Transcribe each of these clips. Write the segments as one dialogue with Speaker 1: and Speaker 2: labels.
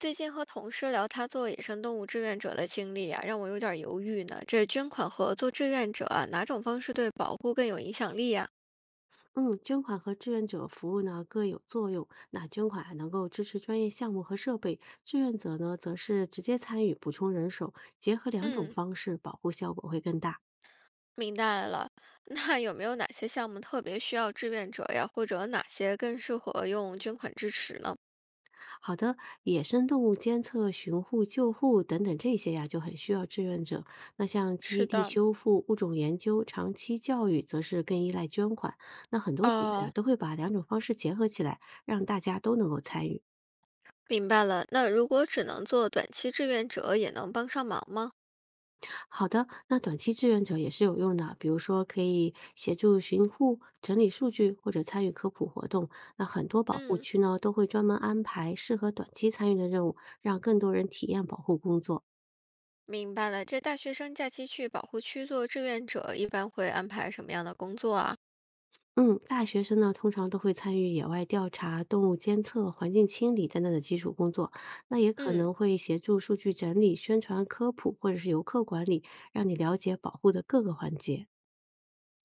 Speaker 1: 最近和同事聊他做野生动物志愿者的经历啊，让我有点儿犹豫呢。这捐款和做志愿者啊，哪种方式对保护更有影响力呀？
Speaker 2: 嗯，捐款和志愿者服务呢各有作用。那捐款还能够支持专业项目和设备，志愿者呢则是直接参与补充人手，结合两种
Speaker 1: 嗯，
Speaker 2: 方式，保护效果会更大。
Speaker 1: 明白了。那有没有哪些项目特别需要志愿者呀？或者哪些更适合用捐款支持呢？
Speaker 2: 好的，野生动物监测、巡护、救护等等这些呀，就很需要志愿者。那像基
Speaker 1: 是
Speaker 2: 地
Speaker 1: 的，
Speaker 2: 修复、物种研究、长期教育，则是更依赖捐款。那很多组织啊
Speaker 1: 哦，
Speaker 2: 都会把两种方式结合起来，让大家都能够参与。
Speaker 1: 明白了。那如果只能做短期志愿者，也能帮上忙吗？
Speaker 2: 好的，那短期志愿者也是有用的，比如说可以协助巡护、整理数据或者参与科普活动。那很多保护
Speaker 1: 嗯，
Speaker 2: 区呢都会专门安排适合短期参与的任务，让更多人体验保护工作。
Speaker 1: 明白了。这大学生假期去保护区做志愿者，一般会安排什么样的工作啊？
Speaker 2: 嗯，大学生呢通常都会参与野外调查、动物监测、环境清理等等的基础工作，那也可
Speaker 1: 嗯。
Speaker 2: 能会协助数据整理、宣传科普或者是游客管理，让你了解保护的各个环节。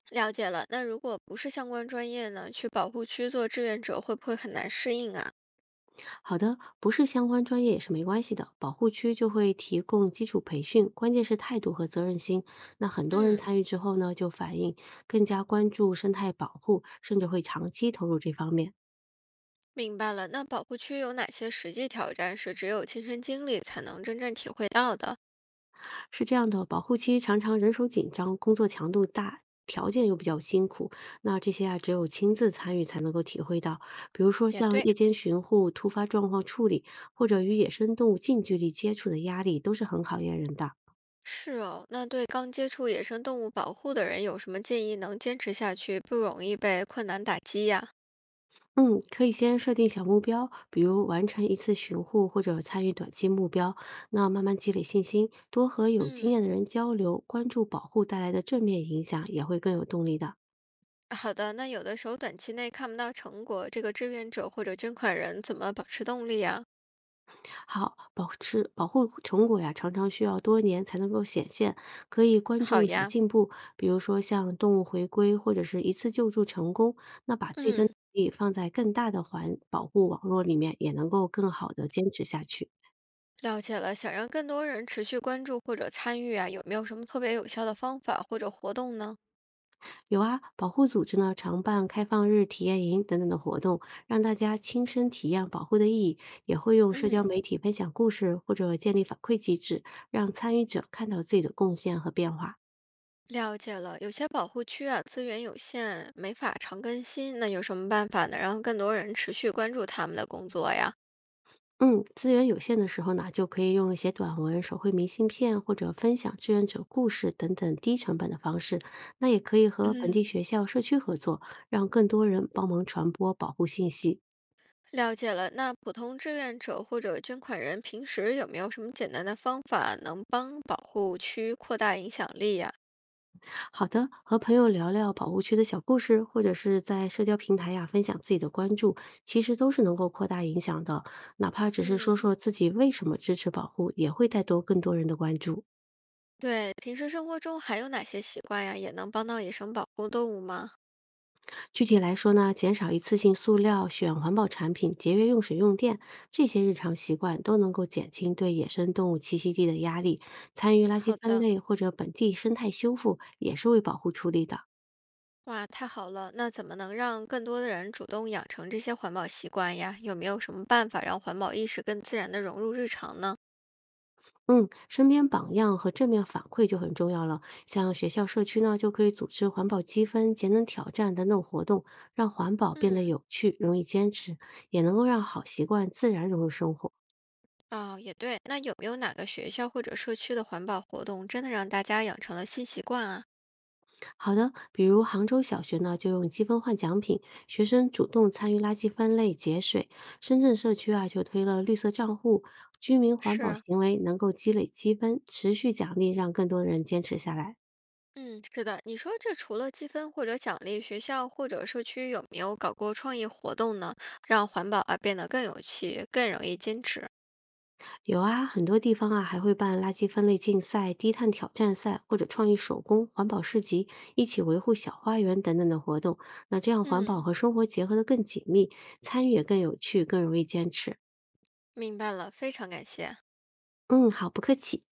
Speaker 1: 了解了。那如果不是相关专业呢，去保护区做志愿者会不会很难适应啊？
Speaker 2: 好的，不是相关专业也是没关系的。保护区就会提供基础培训，关键是态度和责任心。那很多人
Speaker 1: 嗯，
Speaker 2: 参与之后呢，就反映更加关注生态保护，甚至会长期投入这方面。
Speaker 1: 明白了。那保护区有哪些实际挑战是只有亲身经历才能真正体会到的？
Speaker 2: 是这样的，保护期常常人手紧张，工作强度大。条件又比较辛苦，那这些啊，只有亲自参与才能够体会到。比如说
Speaker 1: 也
Speaker 2: 像
Speaker 1: 对，
Speaker 2: 夜间巡护、突发状况处理，或者与野生动物近距离接触的压力，都是很考验人的。
Speaker 1: 是哦，那对刚接触野生动物保护的人有什么建议能坚持下去，不容易被困难打击呀？
Speaker 2: 嗯，可以先设定小目标，比如完成一次巡护或者参与短期目标。那慢慢积累信心，多和有经
Speaker 1: 嗯，
Speaker 2: 验的人交流，关注保护带来的正面影响，也会更有动力的。
Speaker 1: 好的。那有的时候短期内看不到成果，这个志愿者或者捐款人怎么保持动力呀？
Speaker 2: 好，保持保护成果呀，常常需要多年才能够显现。可以关
Speaker 1: 好
Speaker 2: 注小
Speaker 1: 呀，
Speaker 2: 进步，比如说像动物回归或者是一次救助成功，那把自己的
Speaker 1: 嗯。
Speaker 2: 努力放在更大的环保护网络里面，也能够更好的坚持下去。
Speaker 1: 了解了，想让更多人持续关注或者参与啊，有没有什么特别有效的方法或者活动呢？
Speaker 2: 有啊，保护组织呢常办开放日体验营等等的活动，让大家亲身体验保护的意义，也会用社交
Speaker 1: 嗯，
Speaker 2: 媒体分享故事或者建立反馈机制，让参与者看到自己的贡献和变化。
Speaker 1: 了解了，有些保护区啊资源有限，没法常更新，那有什么办法呢？让更多人持续关注他们的工作呀？
Speaker 2: 嗯，资源有限的时候呢，就可以用写短文、手绘明信片或者分享志愿者故事等等低成本的方式。那也可以和本地
Speaker 1: 嗯，
Speaker 2: 学校、社区合作，让更多人帮忙传播保护信息。
Speaker 1: 了解了，那普通志愿者或者捐款人平时有没有什么简单的方法能帮保护区扩大影响力呀？
Speaker 2: 好的，和朋友聊聊保护区的小故事，或者是在社交平台呀、分享自己的关注，其实都是能够扩大影响的。哪怕只是说
Speaker 1: 嗯，
Speaker 2: 说自己为什么支持保护，也会带多更多人的关注。
Speaker 1: 对，平时生活中还有哪些习惯呀，也能帮到野生保护动物吗？
Speaker 2: 具体来说呢，减少一次性塑料，选环保产品，节约用水用电，这些日常习惯都能够减轻对野生动物栖息地的压力。参与垃圾
Speaker 1: 好
Speaker 2: 分
Speaker 1: 的。
Speaker 2: 类或者本地生态修复，也是为保护出力的。
Speaker 1: 哇，太好了！那怎么能让更多的人主动养成这些环保习惯呀？有没有什么办法让环保意识更自然地融入日常呢？
Speaker 2: 嗯，身边榜样和正面反馈就很重要了。像学校、社区呢，就可以组织环保积分、节能挑战等等活动，让环保变得
Speaker 1: 嗯，
Speaker 2: 有趣、容易坚持，也能够让好习惯自然融入生活。
Speaker 1: 哦，也对。那有没有哪个学校或者社区的环保活动真的让大家养成了新习惯啊？
Speaker 2: 好的，比如杭州小学呢，就用积分换奖品，学生主动参与垃圾分类、节水；深圳社区啊，就推了绿色账户，居民环保
Speaker 1: 是，
Speaker 2: 行为能够积累积分，持续奖励，让更多人坚持下来。
Speaker 1: 嗯，是的。你说这除了积分或者奖励，学校或者社区有没有搞过创意活动呢？让环保啊变得更有趣，更容易坚持。
Speaker 2: 有啊，很多地方啊还会办垃圾分类竞赛、低碳挑战赛或者创意手工、环保市集，一起维护小花园等等的活动。那这样环保
Speaker 1: 嗯，
Speaker 2: 和生活结合的更紧密，参与也更有趣，更容易坚持。
Speaker 1: 明白了，非常感谢。
Speaker 2: 嗯，好，不客气。